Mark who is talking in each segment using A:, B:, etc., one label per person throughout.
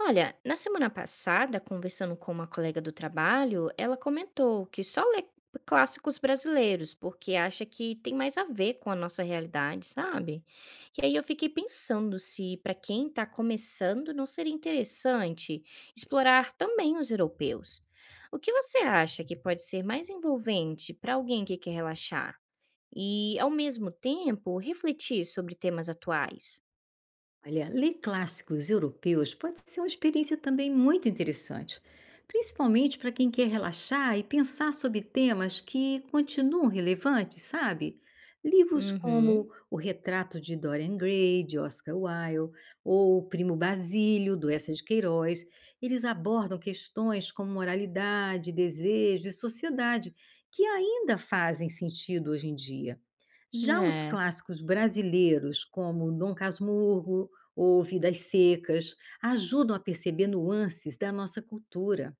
A: Olha, na semana passada, conversando com uma colega do trabalho, ela comentou que só lê clássicos brasileiros porque acha que tem mais a ver com a nossa realidade, sabe? E aí eu fiquei pensando se para quem está começando não seria interessante explorar também os europeus. O que você acha que pode ser mais envolvente para alguém que quer relaxar e, ao mesmo tempo, refletir sobre temas atuais?
B: Olha, ler clássicos europeus pode ser uma experiência também muito interessante, principalmente para quem quer relaxar e pensar sobre temas que continuam relevantes, sabe? Livros como
A: Uhum.
B: O Retrato de Dorian Gray, de Oscar Wilde, ou O Primo Basílio, do Eça de Queiroz, eles abordam questões como moralidade, desejo e sociedade, que ainda fazem sentido hoje em dia. Já os
A: É,
B: clássicos brasileiros, como Dom Casmurro ou Vidas Secas, ajudam a perceber nuances da nossa cultura.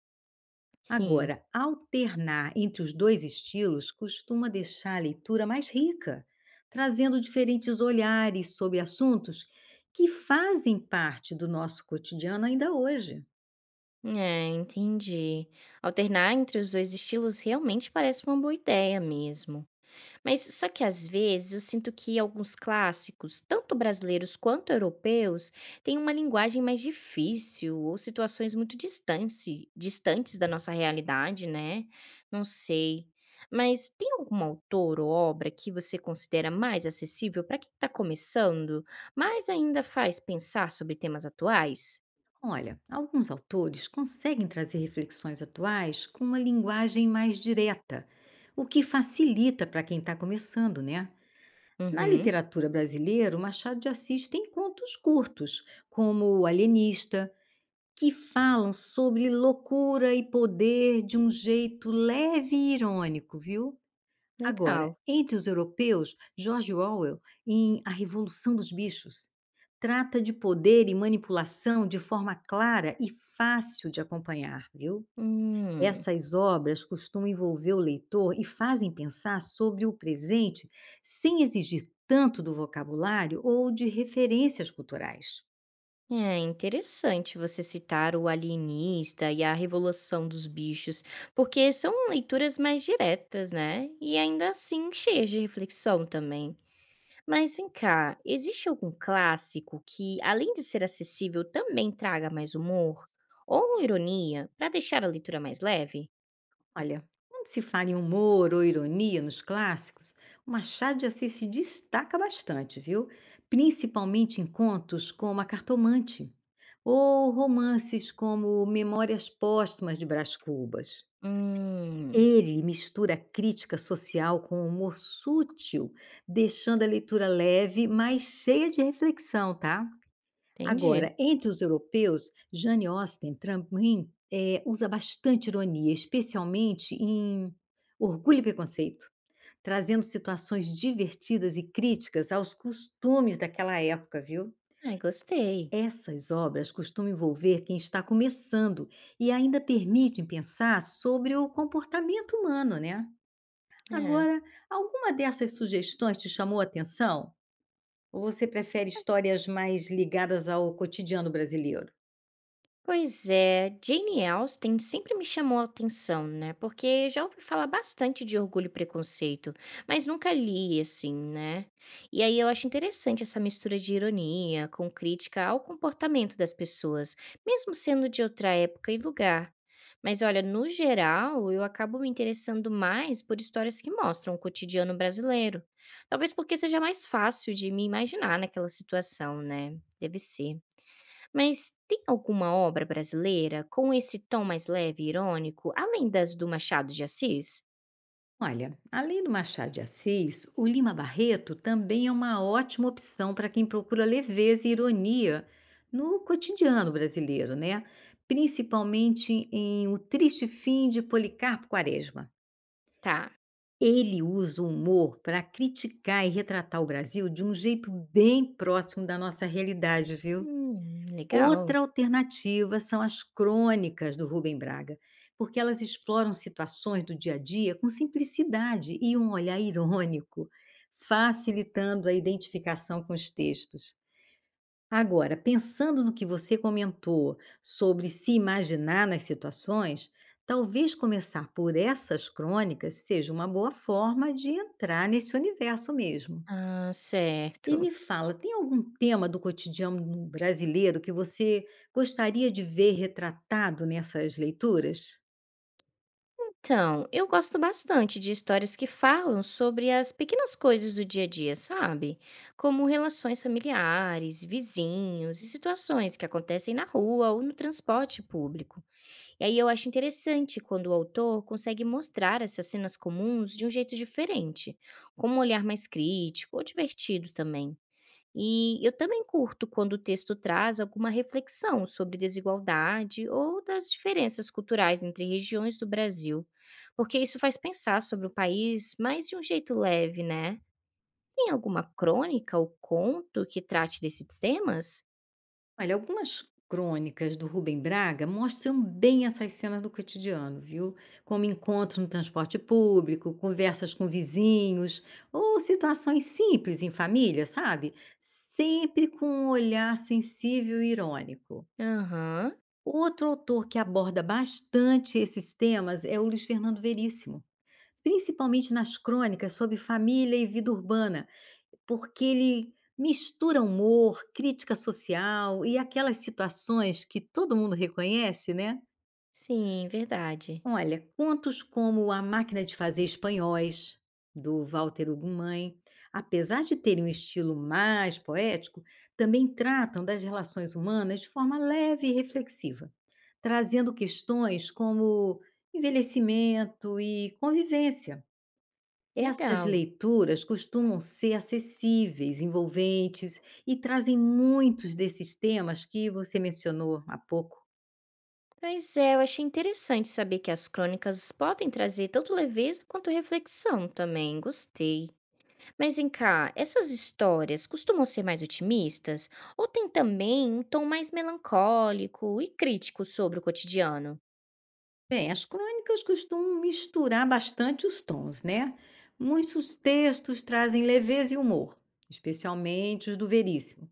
A: sim.
B: Agora, alternar entre os dois estilos costuma deixar a leitura mais rica, trazendo diferentes olhares sobre assuntos que fazem parte do nosso cotidiano ainda hoje.
A: É, entendi. Alternar entre os dois estilos realmente parece uma boa ideia mesmo. Mas só que às vezes eu sinto que alguns clássicos, tanto brasileiros quanto europeus, têm uma linguagem mais difícil ou situações muito distantes da nossa realidade, né? Não sei. Mas tem algum autor ou obra que você considera mais acessível para quem está começando, mas ainda faz pensar sobre temas atuais?
B: Olha, alguns autores conseguem trazer reflexões atuais com uma linguagem mais direta, o que facilita para quem está começando, né? Na
A: Uhum,
B: literatura brasileira, o Machado de Assis tem contos curtos, como O Alienista, que falam sobre loucura e poder de um jeito leve e irônico, viu? Agora,
A: legal.
B: entre os europeus, George Orwell, em A Revolução dos Bichos, trata de poder e manipulação de forma clara e fácil de acompanhar, viu?
A: Hum,
B: Essas obras costumam envolver o leitor e fazem pensar sobre o presente sem exigir tanto do vocabulário ou de referências culturais.
A: é interessante você citar o Alienista e a Revolução dos Bichos, porque são leituras mais diretas, né? E ainda assim cheias de reflexão também. Mas vem cá, existe algum clássico que, além de ser acessível, também traga mais humor ou ironia para deixar a leitura mais leve?
B: Olha, quando se fala em humor ou ironia nos clássicos, o Machado de Assis se destaca bastante, viu? Principalmente em contos como A Cartomante ou romances como Memórias Póstumas de Brás Cubas.
A: Hum,
B: Ele mistura crítica social com humor sutil, deixando a leitura leve, mas cheia de reflexão, tá?
A: entendi.
B: Agora, entre os europeus, Jane Austen também, usa bastante ironia, especialmente em Orgulho e Preconceito, trazendo situações divertidas e críticas aos costumes daquela época, viu.
A: Ai, gostei.
B: Essas obras costumam envolver quem está começando e ainda permitem pensar sobre o comportamento humano, né.
A: É.
B: Agora, alguma dessas sugestões te chamou a atenção? Ou você prefere histórias mais ligadas ao cotidiano brasileiro?
A: Pois é, Jane Austen sempre me chamou a atenção, né? Porque já ouvi falar bastante de Orgulho e Preconceito, mas nunca li assim, né? E aí eu acho interessante essa mistura de ironia com crítica ao comportamento das pessoas, mesmo sendo de outra época e lugar. Mas olha, no geral, eu acabo me interessando mais por histórias que mostram o cotidiano brasileiro. Talvez porque seja mais fácil de me imaginar naquela situação, né? Deve ser. Mas tem alguma obra brasileira com esse tom mais leve e irônico, além das do Machado de Assis?
B: Olha, além do Machado de Assis, o Lima Barreto também é uma ótima opção para quem procura leveza e ironia no cotidiano brasileiro, né? Principalmente em O Triste Fim de Policarpo Quaresma.
A: Tá.
B: Ele usa o humor para criticar e retratar o Brasil de um jeito bem próximo da nossa realidade, viu.
A: Legal.
B: Outra alternativa são as crônicas do Rubem Braga, porque elas exploram situações do dia a dia com simplicidade e um olhar irônico, facilitando a identificação com os textos. Agora, pensando no que você comentou sobre se imaginar nas situações, talvez começar por essas crônicas seja uma boa forma de entrar nesse universo mesmo.
A: Ah,
B: E me
A: certo.
B: fala, tem algum tema do cotidiano brasileiro que você gostaria de ver retratado nessas leituras?
A: Então, eu gosto bastante de histórias que falam sobre as pequenas coisas do dia a dia, sabe? Como relações familiares, vizinhos e situações que acontecem na rua ou no transporte público. E aí eu acho interessante quando o autor consegue mostrar essas cenas comuns de um jeito diferente, com um olhar mais crítico ou divertido também. E eu também curto quando o texto traz alguma reflexão sobre desigualdade ou das diferenças culturais entre regiões do Brasil, porque isso faz pensar sobre o país mais de um jeito leve, né? Tem alguma crônica ou conto que trate desses temas?
B: Olha, algumas crônicas do Rubem Braga mostram bem essas cenas do cotidiano, viu? Como encontros no transporte público, conversas com vizinhos, ou situações simples em família, sabe? Sempre com um olhar sensível e irônico.
A: Aham,
B: Outro autor que aborda bastante esses temas é o Luiz Fernando Veríssimo, principalmente nas crônicas sobre família e vida urbana, porque ele mistura humor, crítica social e aquelas situações que todo mundo reconhece, né.
A: sim, verdade.
B: Olha, contos como A Máquina de Fazer Espanhóis, do Walter Ugumãe, apesar de terem um estilo mais poético, também tratam das relações humanas de forma leve e reflexiva, trazendo questões como envelhecimento e convivência. Essas
A: Legal.
B: leituras costumam ser acessíveis, envolventes e trazem muitos desses temas que você mencionou há pouco.
A: Pois é, eu achei interessante saber que as crônicas podem trazer tanto leveza quanto reflexão também, gostei. Mas vem cá, essas histórias costumam ser mais otimistas ou tem também um tom mais melancólico e crítico sobre o cotidiano?
B: Bem, as crônicas costumam misturar bastante os tons, né? Muitos textos trazem leveza e humor, especialmente os do Veríssimo.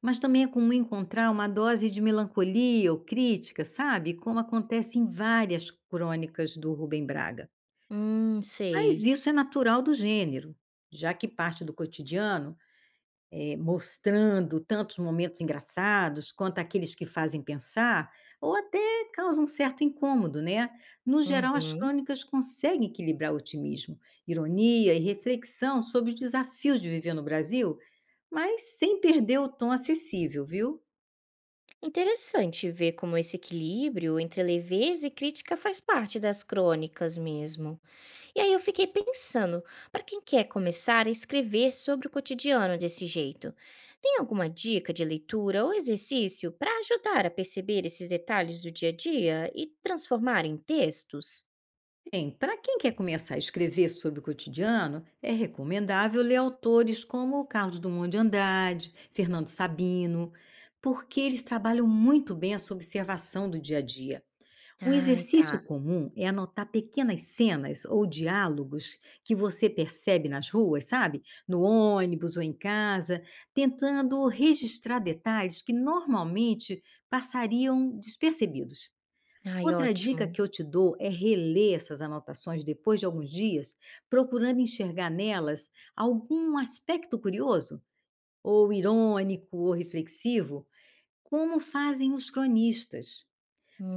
B: Mas também é comum encontrar uma dose de melancolia ou crítica, sabe? Como acontece em várias crônicas do Rubem Braga. Mas
A: Sei.
B: isso é natural do gênero, já que parte do cotidiano, mostrando tantos momentos engraçados quanto aqueles que fazem pensar ou até causam um certo incômodo, né? No geral, as
A: Uhum.
B: crônicas conseguem equilibrar otimismo, ironia e reflexão sobre os desafios de viver no Brasil, mas sem perder o tom acessível, viu?
A: Interessante ver como esse equilíbrio entre leveza e crítica faz parte das crônicas mesmo. E aí eu fiquei pensando, para quem quer começar a escrever sobre o cotidiano desse jeito, tem alguma dica de leitura ou exercício para ajudar a perceber esses detalhes do dia a dia e transformar em textos?
B: Bem, para quem quer começar a escrever sobre o cotidiano, é recomendável ler autores como Carlos Drummond de Andrade, Fernando Sabino, porque eles trabalham muito bem essa observação do dia a dia. Um
A: Ai,
B: exercício
A: tá.
B: comum é anotar pequenas cenas ou diálogos que você percebe nas ruas, sabe? No ônibus ou em casa, tentando registrar detalhes que normalmente passariam despercebidos.
A: Ai,
B: Outra dica
A: ótimo.
B: que eu te dou é reler essas anotações depois de alguns dias, procurando enxergar nelas algum aspecto curioso, ou irônico, ou reflexivo, como fazem os cronistas.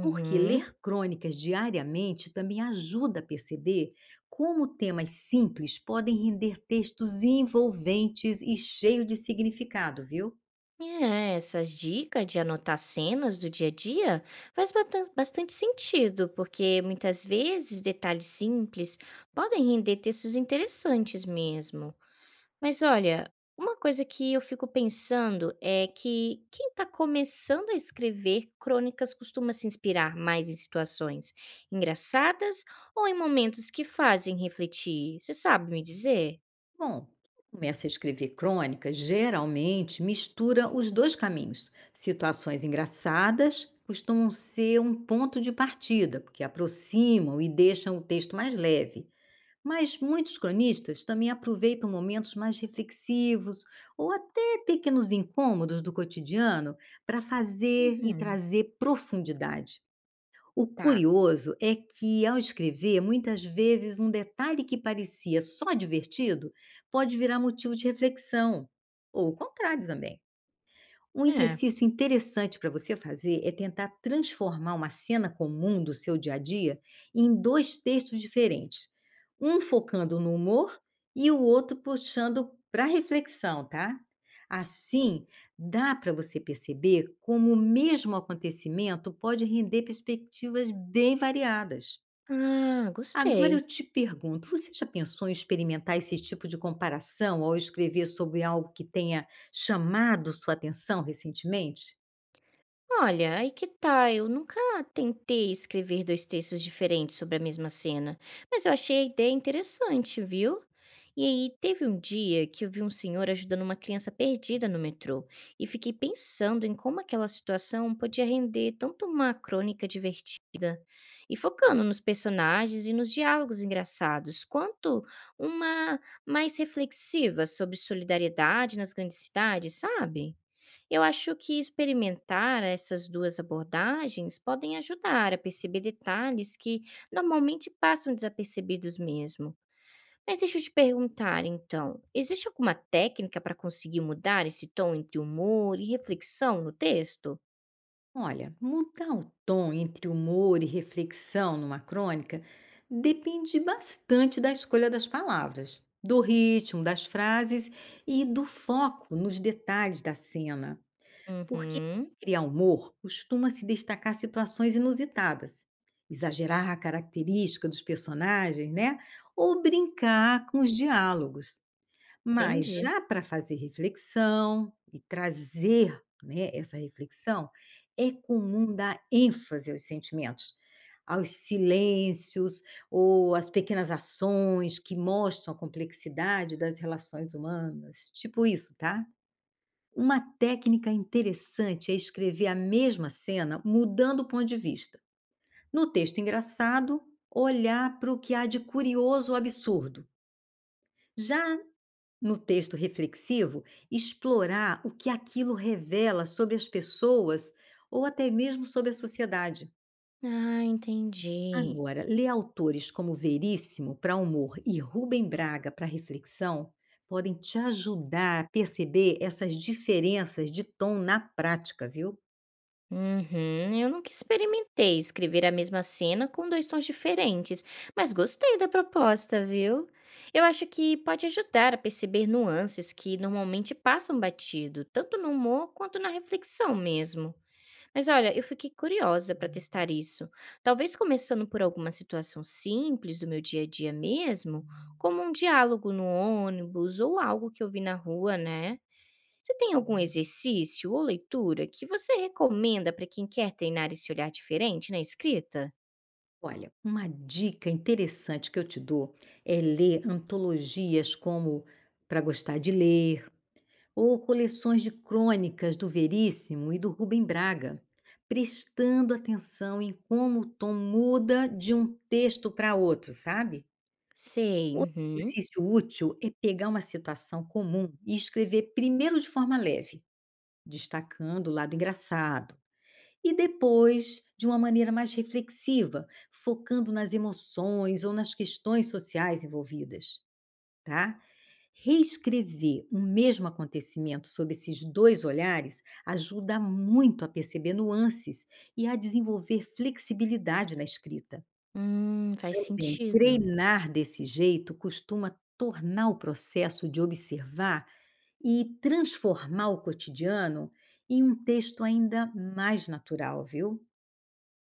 B: Porque ler crônicas diariamente também ajuda a perceber como temas simples podem render textos envolventes e cheios de significado, viu?
A: É, essas dicas de anotar cenas do dia a dia faz bastante sentido, porque muitas vezes detalhes simples podem render textos interessantes mesmo. Mas olha, uma coisa que eu fico pensando é que quem está começando a escrever crônicas costuma se inspirar mais em situações engraçadas ou em momentos que fazem refletir. Você sabe me dizer?
B: Bom, começa a escrever crônicas, geralmente mistura os dois caminhos. Situações engraçadas costumam ser um ponto de partida, porque aproximam e deixam o texto mais leve. Mas muitos cronistas também aproveitam momentos mais reflexivos ou até pequenos incômodos do cotidiano para fazer e
A: Uhum.
B: trazer profundidade. O
A: Tá.
B: curioso é que, ao escrever, muitas vezes um detalhe que parecia só divertido pode virar motivo de reflexão, ou o contrário também. Um
A: É.
B: exercício interessante para você fazer é tentar transformar uma cena comum do seu dia a dia em dois textos diferentes, um focando no humor e o outro puxando para reflexão, tá? Assim, dá para você perceber como o mesmo acontecimento pode render perspectivas bem variadas.
A: Ah,
B: Agora eu
A: gostei.
B: te pergunto, você já pensou em experimentar esse tipo de comparação ao escrever sobre algo que tenha chamado sua atenção recentemente?
A: Olha, aí que tá, eu nunca tentei escrever 2 textos diferentes sobre a mesma cena, mas eu achei a ideia interessante, viu? E aí teve um dia que eu vi um senhor ajudando uma criança perdida no metrô e fiquei pensando em como aquela situação podia render tanto uma crônica divertida e focando nos personagens e nos diálogos engraçados, quanto uma mais reflexiva sobre solidariedade nas grandes cidades, sabe? Eu acho que experimentar essas 2 abordagens podem ajudar a perceber detalhes que normalmente passam desapercebidos mesmo. Mas deixa eu te perguntar então, existe alguma técnica para conseguir mudar esse tom entre humor e reflexão no texto?
B: Olha, mudar o tom entre humor e reflexão numa crônica depende bastante da escolha das palavras, do ritmo das frases e do foco nos detalhes da cena. Porque quem
A: Uhum,
B: cria humor costuma se destacar situações inusitadas, exagerar a característica dos personagens, né? Ou brincar com os diálogos. Mas
A: entendi.
B: já para fazer reflexão e trazer, né, essa reflexão, é comum dar ênfase aos sentimentos, aos silêncios ou às pequenas ações que mostram a complexidade das relações humanas. Tipo isso, tá? Uma técnica interessante é escrever a mesma cena mudando o ponto de vista. No texto engraçado, olhar para o que há de curioso ou absurdo. Já no texto reflexivo, explorar o que aquilo revela sobre as pessoas ou até mesmo sobre a sociedade.
A: Ah, entendi.
B: Agora, ler autores como Veríssimo para humor e Rubem Braga para reflexão podem te ajudar a perceber essas diferenças de tom na prática, viu?
A: Uhum, eu nunca experimentei escrever a mesma cena com dois tons diferentes, mas gostei da proposta, viu? Eu acho que pode ajudar a perceber nuances que normalmente passam batido, tanto no humor quanto na reflexão mesmo. Mas olha, eu fiquei curiosa para testar isso. Talvez começando por alguma situação simples do meu dia a dia mesmo, como um diálogo no ônibus ou algo que eu vi na rua, né? Você tem algum exercício ou leitura que você recomenda para quem quer treinar esse olhar diferente na escrita?
B: Olha, uma dica interessante que eu te dou é ler antologias como Para Gostar de Ler ou coleções de crônicas do Veríssimo e do Rubem Braga, prestando atenção em como o tom muda de um texto para outro, sabe?
A: Sei,
B: Outro
A: uhum.
B: exercício útil é pegar uma situação comum e escrever primeiro de forma leve, destacando o lado engraçado. E depois, de uma maneira mais reflexiva, focando nas emoções ou nas questões sociais envolvidas, tá? Reescrever o mesmo acontecimento sob esses dois olhares ajuda muito a perceber nuances e a desenvolver flexibilidade na escrita.
A: Faz
B: Também,
A: sentido.
B: treinar desse jeito costuma tornar o processo de observar e transformar o cotidiano em um texto ainda mais natural, viu?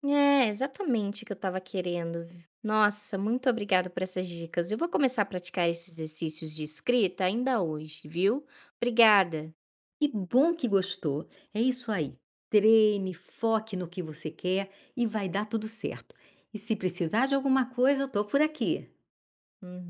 A: É, exatamente o que eu estava querendo. Nossa, muito obrigada por essas dicas. Eu vou começar a praticar esses exercícios de escrita ainda hoje, viu? Obrigada.
B: Que bom que gostou. É isso aí. Treine, foque no que você quer e vai dar tudo certo. E se precisar de alguma coisa, eu tô por aqui.
A: Uhum.